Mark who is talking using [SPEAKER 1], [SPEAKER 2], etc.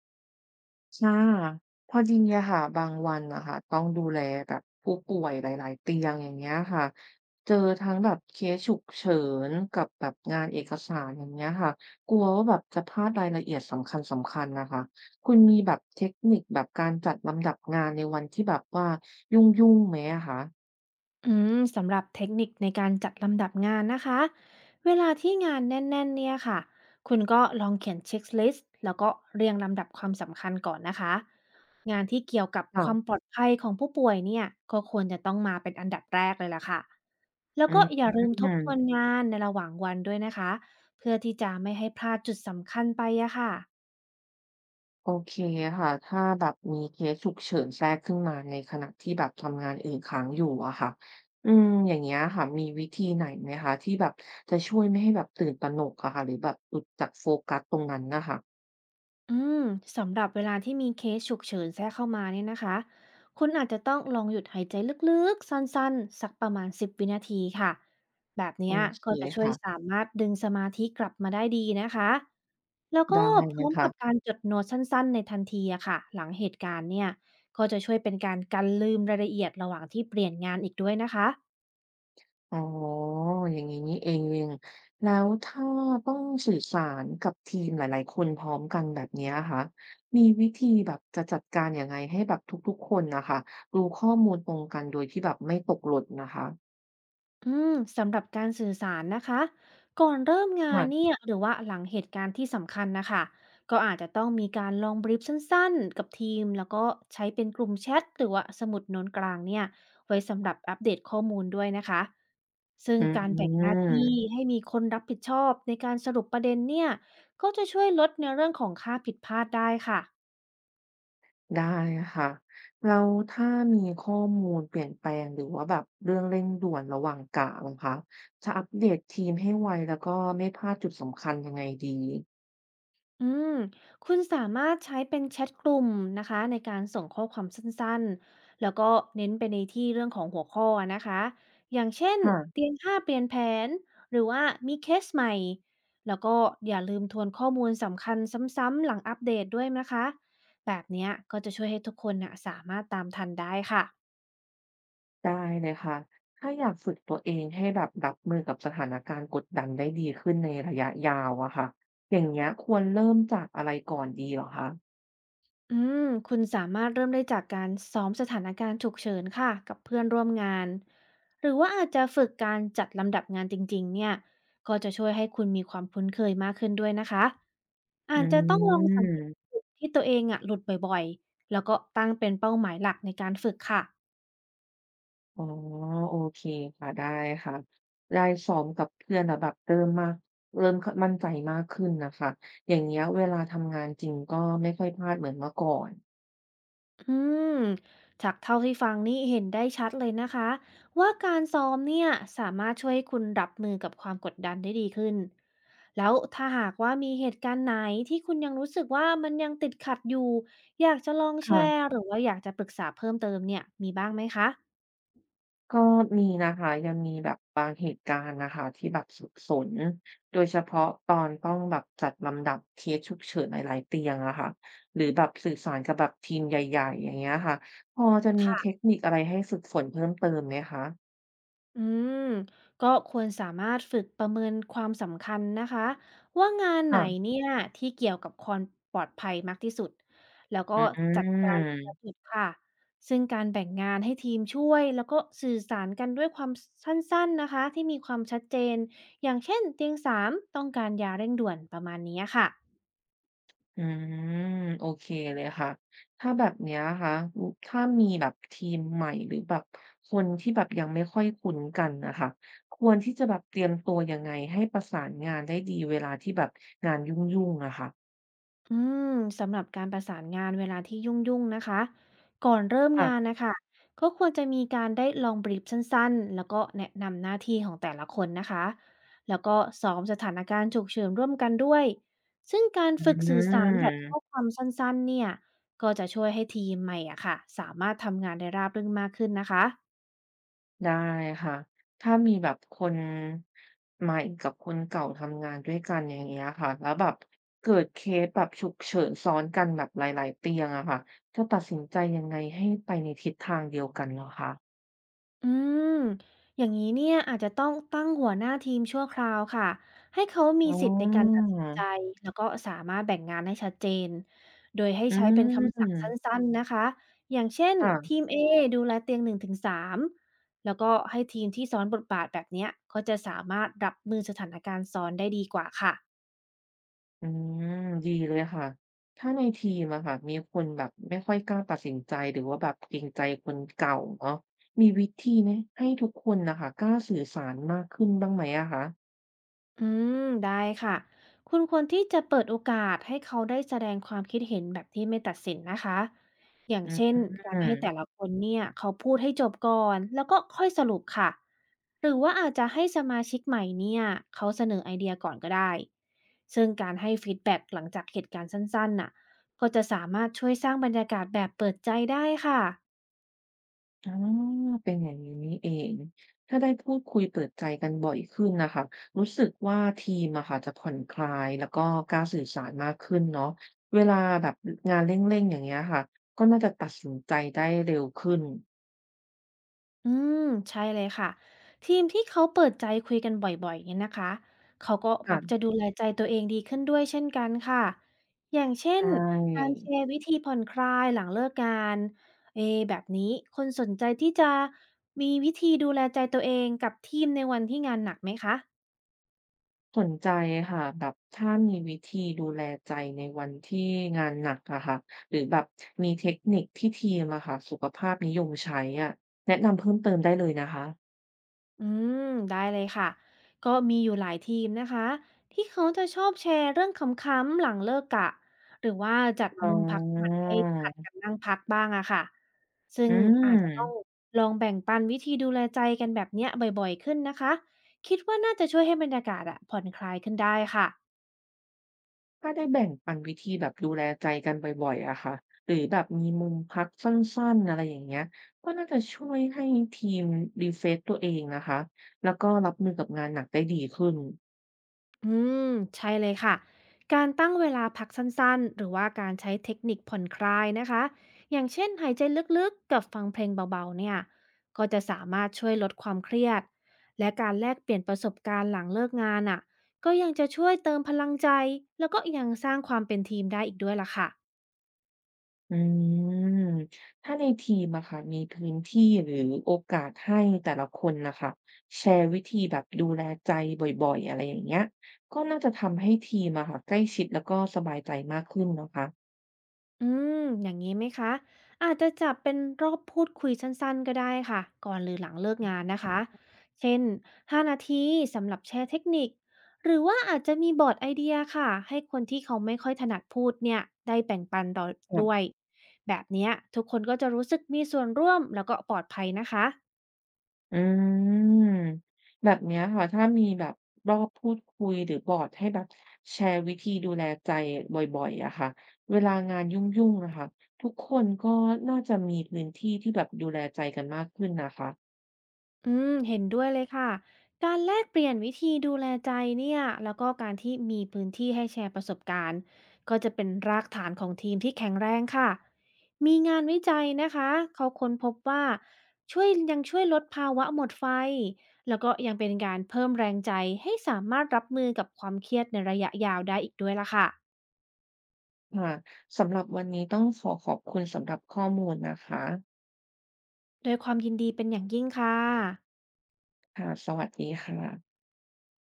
[SPEAKER 1] ค่ะพอดีอะค่ะบางวันนะคะต้องดูแลแบบผู้ป่วยหลายๆเตียงอย่างเงี้ยค่ะเจอทั้งแบบเคสฉุกเฉินกับแบบงานเอกสารอย่างเงี้ยค่ะกลัวว่าแบบจะพลาดรายละเอียดสำคัญๆนะคะคุณมีแบบเทคนิคแบบการจัดลำดับงานในวันที่แบบว่ายุ่งๆไหมอะคะ
[SPEAKER 2] สำหรับเทคนิคในการจัดลำดับงานนะคะเวลาที่งานแน่นๆเนี่ยค่ะคุณก็ลองเขียนเช็คลิสต์แล้วก็เรียงลำดับความสำคัญก่อนนะคะงานที่เกี่ยวกับความป
[SPEAKER 1] ค่ะ
[SPEAKER 2] ลอดภัยของผู้ป่วยเนี่ยก็ควรจะต้องมาเป็นอันดับแรกเลยล่ะค่ะแล้ว
[SPEAKER 1] อื
[SPEAKER 2] ก็อย่าลืมทบทวน
[SPEAKER 1] ม
[SPEAKER 2] งานในระหว่างวันด้วยนะคะเพื่อที่จะไม่ให้พลาดจุดสำคัญไปอะค่ะ
[SPEAKER 1] โอเคค่ะถ้าแบบมีเคสฉุกเฉินแทรกขึ้นมาในขณะที่แบบทำงานอื่นค้างอยู่อะค่ะอย่างเงี้ยค่ะมีวิธีไหนไหมคะที่แบบจะช่วยไม่ให้แบบตื่นตระหนกอะค่ะหรือแบบหลุดจากโฟกัสตรงนั้นนะค่ะ
[SPEAKER 2] อืมสำหรับเวลาที่มีเคสฉุกเฉินแทรกเข้ามาเนี่ยนะคะคุณอาจจะต้องลองหยุดหายใจลึกๆสั้นๆสักประมาณ10วินาทีค่ะแบบ
[SPEAKER 1] โอ
[SPEAKER 2] เนี้ย
[SPEAKER 1] เค
[SPEAKER 2] ก็จะช่วย
[SPEAKER 1] ค่ะ
[SPEAKER 2] สามารถดึงสมาธิกลับมาได้ดีนะคะแล้วก็
[SPEAKER 1] ได้
[SPEAKER 2] พ
[SPEAKER 1] เล
[SPEAKER 2] ร้อ
[SPEAKER 1] ย
[SPEAKER 2] ม
[SPEAKER 1] ค่ะ
[SPEAKER 2] กับการจดโน้ตสั้นๆในทันทีอะค่ะหลังเหตุการณ์เนี่ยก็จะช่วยเป็นการกันลืมรายละเอียดระหว่างที่เปลี่ยนงานอีกด้วยนะคะ
[SPEAKER 1] อ๋ออย่างงี้นี่เอง แล้วถ้าต้องสื่อสารกับทีมหลายๆ คนพร้อมกันแบบเนี้ยคะมีวิธีแบบจะจัดการยังไงให้แบบทุกๆ คนนะคะรู้ข้อมูลตรงกันโดยที่แบบไม่ตกหล่นนะคะ
[SPEAKER 2] อืมสำหรับการสื่อสารนะคะก่อนเริ่มงาน
[SPEAKER 1] ค่ะ
[SPEAKER 2] เนี่ยหรือว่าหลังเหตุการณ์ที่สำคัญนะคะก็อาจจะต้องมีการลองบรีฟสั้นๆกับทีมแล้วก็ใช้เป็นกลุ่มแชทหรือว่าสมุดโน้นกลางเนี่ยไว้สำหรับอัปเดตข้อมูลด้วยนะคะซึ่ง
[SPEAKER 1] อื
[SPEAKER 2] การแบ่งหน้าที่
[SPEAKER 1] ม
[SPEAKER 2] ให้มีคนรับผิดชอบในการสรุปประเด็นเนี่ยก็จะช่วยลดในเรื่องของค่าผิดพลาดได้ค่ะ
[SPEAKER 1] ได้ค่ะแล้วถ้ามีข้อมูลเปลี่ยนแปลงหรือว่าแบบเรื่องเร่งด่วนระหว่างกะนะคะจะอัปเดตทีมให้ไวแล้วก็ไม่พลาดจุดสำคัญยังไงดี
[SPEAKER 2] อืมคุณสามารถใช้เป็นแชทกลุ่มนะคะในการส่งข้อความสั้นๆ แล้วก็เน้นไปในที่เรื่องของหัวข้อนะคะ อย่างเช่น
[SPEAKER 1] ค่ะ
[SPEAKER 2] เตียงห้าเปลี่ยนแผน หรือว่ามีเคสใหม่ แล้วก็อย่าลืมทวนข้อมูลสำคัญซ้ำๆหลังอัปเดตด้วยนะคะ แบบเนี้ยก็จะช่วยให้ทุกคนนะสามารถตามทันได้ค่ะ
[SPEAKER 1] ได้เลยค่ะ ถ้าอยากฝึกตัวเองให้แบบรับมือกับสถานการณ์กดดันได้ดีขึ้นในระยะยาวอะค่ะอย่างเงี้ยควรเริ่มจากอะไรก่อนดีเหรอคะ
[SPEAKER 2] อืมคุณสามารถเริ่มได้จากการซ้อมสถานการณ์ฉุกเฉินค่ะกับเพื่อนร่วมงานหรือว่าอาจจะฝึกการจัดลำดับงานจริงๆเนี่ยก็จะช่วยให้คุณมีความคุ้นเคยมากขึ้นด้วยนะคะอา
[SPEAKER 1] อื
[SPEAKER 2] จจะต้องลองสังเกต
[SPEAKER 1] ม
[SPEAKER 2] จุดที่ตัวเองอะหลุดบ่อยๆแล้วก็ตั้งเป็นเป้าหมายหลักในการฝึกค่ะ
[SPEAKER 1] อ๋อโอเคค่ะได้ค่ะได้ซ้อมกับเพื่อนแล้วแบบเริ่มมั่นใจมากขึ้นนะคะ อย่างเงี้ยเวลาทำงานจริงก็ไม่ค่อยพลาดเหมือนเมื่อก่อน
[SPEAKER 2] อืมจากเท่าที่ฟังนี่เห็นได้ชัดเลยนะคะว่าการซ้อมเนี่ยสามารถช่วยให้คุณรับมือกับความกดดันได้ดีขึ้นแล้วถ้าหากว่ามีเหตุการณ์ไหนที่คุณยังรู้สึกว่ามันยังติดขัดอยู่อยากจะลองแช
[SPEAKER 1] ค่ะ
[SPEAKER 2] ร์หรือว่าอยากจะปรึกษาเพิ่มเติมเนี่ยมีบ้างไหมคะ
[SPEAKER 1] ก็มีนะคะยังมีแบบบางเหตุการณ์นะคะที่แบบสุดสน โดยเฉพาะตอนต้องแบบจัดลำดับเคสฉุกเฉินหลายๆเตียงอะค่ะหรือแบบสื่อสารกับแบบทีมใหญ่ๆอย่างเงี้ยค่ะพอจะมีเทคนิคอะไรให้ฝึกฝนเพิ่มเติมไหมคะ
[SPEAKER 2] อืมก็ควรสามารถฝึกประเมินความสำคัญนะคะว่างานไหน
[SPEAKER 1] ค่ะ
[SPEAKER 2] เนี่ยที่เกี่ยวกับความปลอดภัยมากที่สุดแล้วก็
[SPEAKER 1] อื
[SPEAKER 2] จัดการทีละจุ
[SPEAKER 1] ม
[SPEAKER 2] ดค่ะซึ่งการแบ่งงานให้ทีมช่วยแล้วก็สื่อสารกันด้วยความสั้นๆนะคะที่มีความชัดเจนอย่างเช่นเตียงสามต้องการยาเร่งด่วนประมาณนี้ค่ะ
[SPEAKER 1] อืมโอเคเลยค่ะถ้าแบบเนี้ยค่ะถ้ามีแบบทีมใหม่หรือแบบคนที่แบบยังไม่ค่อยคุ้นกันนะคะควรที่จะแบบเตรียมตัวยังไงให้ประสานงานได้ดีเวลาที่แบบงานยุ่งๆอะค่ะ
[SPEAKER 2] อืมสำหรับการประสานงานเวลาที่ยุ่งๆนะคะก่อนเริ่มงาน
[SPEAKER 1] ค่ะ
[SPEAKER 2] นะคะก็ควรจะมีการได้ลองบรีฟสั้นๆแล้วก็แนะนำหน้าที่ของแต่ละคนนะคะแล้วก็ซ้อมสถานการณ์ฉุกเฉินร่วมกันด้วยซึ่งการ
[SPEAKER 1] อื
[SPEAKER 2] ฝึกสื่อสารแบบข้อ
[SPEAKER 1] ม
[SPEAKER 2] ความสั้นๆเนี่ยก็จะช่วยให้ทีมใหม่อะค่ะสามารถทำงานได้ราบรื่นมากขึ้นนะคะ
[SPEAKER 1] ได้ค่ะถ้ามีแบบคนใหม่กับคนเก่าทำงานด้วยกันอย่างเงี้ยค่ะแล้วแบบเกิดเคสแบบฉุกเฉินซ้อนกันแบบหลายๆเตียงอะค่ะจะตัดสินใจยังไงให้ไปในทิศทางเดียวกันเหรอคะ
[SPEAKER 2] อืมอย่างนี้เนี่ยอาจจะต้องตั้งหัวหน้าทีมชั่วคราวค่ะให้เขามี
[SPEAKER 1] อ๋
[SPEAKER 2] สิทธิ์ในการตั
[SPEAKER 1] อ
[SPEAKER 2] ดสินใจแล้วก็สามารถแบ่งงานให้ชัดเจนโดยให้
[SPEAKER 1] อื
[SPEAKER 2] ใช้เป็นคำสั่งสั
[SPEAKER 1] ม
[SPEAKER 2] ้นๆนะคะอย่างเช่นที
[SPEAKER 1] ค่ะ
[SPEAKER 2] ม A ดูแลเตียง1-3แล้วก็ให้ทีมที่ซ้อนบทบาทแบบเนี้ยก็จะสามารถรับมือสถานการณ์ซ้อนได้ดีกว่าค่ะ
[SPEAKER 1] อืม ดีเลยค่ะ ถ้าในทีมอะค่ะมีคนแบบไม่ค่อยกล้าตัดสินใจ หรือว่าแบบเกรงใจคนเก่าเนาะมีวิธีไหมให้ทุกคนน่ะค่ะกล้าสื่อสารมากขึ้นบ้างไหมอะคะ
[SPEAKER 2] อืได้ค่ะคุณควรที่จะเปิดโอกาสให้เขาได้แสดงความคิดเห็นแบบที่ไม่ตัดสินนะคะอย่าง
[SPEAKER 1] อื อ
[SPEAKER 2] เช่นการ
[SPEAKER 1] ม
[SPEAKER 2] ให้แต่ละคนเนี่ยเขาพูดให้จบก่อนแล้วก็ค่อยสรุปค่ะหรือว่าอาจจะให้สมาชิกใหม่เนี่ยเขาเสนอไอเดียก่อนก็ได้ซึ่งการให้ฟีดแบ็กหลังจากเหตุการณ์สั้นๆน่ะก็จะสามารถช่วยสร้างบรรยากาศแบบเปิดใจได้ค่ะ
[SPEAKER 1] อ๋อเป็นอย่างนี้นี่เอง ถ้าได้พูดคุยเปิดใจกันบ่อยขึ้นนะคะรู้สึกว่าทีมอะค่ะจะผ่อนคลายแล้วก็กล้าสื่อสารมากขึ้นเนาะเวลาแบบงานเร่งๆอย่างเงี้ยค่ะก็น่าจะตัดสินใจได้เร็วขึ้น
[SPEAKER 2] อืมใช่เลยค่ะทีมที่เขาเปิดใจคุยกันบ่อยๆเนี่ยนะคะเขาก็มักจะ
[SPEAKER 1] ค่ะ
[SPEAKER 2] ดูแลใจตัวเองดีขึ้นด้วยเช่นกันค่ะอย่างเช่
[SPEAKER 1] ใช
[SPEAKER 2] นการ
[SPEAKER 1] ่
[SPEAKER 2] แชร์วิธีผ่อนคลายหลังเลิกงานเอแบบนี้คนสนใจที่จะมีวิธีดูแลใจตัวเองกับทีมในวันที่งานหนักไหมคะ
[SPEAKER 1] สนใจค่ะแบบถ้ามีวิธีดูแลใจในวันที่งานหนักอะค่ะหรือแบบมีเทคนิคที่ทีมอะค่ะสุขภาพนิยมใช้อะแนะนำเพิ่มเติมได้เลยนะคะ
[SPEAKER 2] อืมได้เลยค่ะก็มีอยู่หลายทีมนะคะที่เขาจะชอบแชร์เรื่องขำๆหลังเลิกกะหรือว่าจัด
[SPEAKER 1] อ๋
[SPEAKER 2] มุมพักผ่อนให้ผลัดกั
[SPEAKER 1] อ
[SPEAKER 2] นนั่งพักบ้างอะค่ะซึ่
[SPEAKER 1] อื
[SPEAKER 2] งอาจจะต้อง
[SPEAKER 1] ม
[SPEAKER 2] ลองแบ่งปันวิธีดูแลใจกันแบบเนี้ยบ่อยๆขึ้นนะคะคิดว่าน่าจะช่วยให้บรรยากาศอะผ่อนคลายขึ้นได้ค่ะ
[SPEAKER 1] ถ้าได้แบ่งปันวิธีแบบดูแลใจกันบ่อยๆอะค่ะหรือแบบมีมุมพักสั้นๆอะไรอย่างเงี้ยก็น่าจะช่วยให้ทีม r e f ฟ e s ตัวเองนะคะแล้วก็รับมือกับงานหนักได้ดีขึ้น
[SPEAKER 2] อืมใช่เลยค่ะการตั้งเวลาพักสั้นๆหรือว่าการใช้เทคนิคผ่อนคลายนะคะอย่างเช่นหายใจลึกๆกับฟังเพลงเบาๆเนี่ยก็จะสามารถช่วยลดความเครียดและการแลกเปลี่ยนประสบการณ์หลังเลิกงานอ่ะก็ยังจะช่วยเติมพลังใจแล้วก็ยังสร้างความเป็นทีมได้อีกด้วยล่ะค่ะ
[SPEAKER 1] อืมถ้าในทีมอะค่ะมีพื้นที่หรือโอกาสให้แต่ละคนนะคะแชร์วิธีแบบดูแลใจบ่อยๆอะไรอย่างเงี้ยก็น่าจะทำให้ทีมอะค่ะใกล้ชิดแล้วก็สบายใจมากขึ้นนะคะ
[SPEAKER 2] อือย่างนี้ไหมคะ อาจจะจับเป็นรอบพูดคุยสั้นๆก็ได้ค่ะ ก่อนหรือหลังเลิกงานนะคะ เช่น5นาทีสำหรับแชร์เทคนิคหรือว่าอาจจะมีบอร์ดไอเดียค่ะ ให้คนที่เขาไม่ค่อยถนัดพูดเนี่ยได้แบ่งปันต่อด้วย แบบเนี้ยทุกคนก็จะรู้สึกมีส่วนร่วมแล้วก็ปลอดภัยนะคะ
[SPEAKER 1] อืมแบบเนี้ยค่ะถ้ามีแบบรอบพูดคุยหรือบอร์ดให้แบบแชร์วิธีดูแลใจบ่อยๆอะค่ะเวลางานยุ่งๆนะคะทุกคนก็น่าจะมีพื้นที่ที่แบบดูแลใจกันมากขึ้นนะคะ
[SPEAKER 2] เห็นด้วยเลยค่ะ การแลกเปลี่ยนวิธีดูแลใจเนี่ย แล้วก็การที่มีพื้นที่ให้แชร์ประสบการณ์ ก็จะเป็นรากฐานของทีมที่แข็งแรงค่ะ มีงานวิจัยนะคะเขาค้นพบว่าช่วยยังช่วยลดภาวะหมดไฟ แล้วก็ยังเป็นการเพิ่มแรงใจให้สามารถรับมือกับความเครียดในระยะยาวได้อีกด้วยล่ะค่ะ
[SPEAKER 1] ค่ะสำหรับวันนี้ต้องขอขอบคุณสำหรับข้อมูลนะคะ
[SPEAKER 2] โดวยความยินดีเป็นอย่างยิ่งค่ะ
[SPEAKER 1] ค่ะสวัสดีค่ะ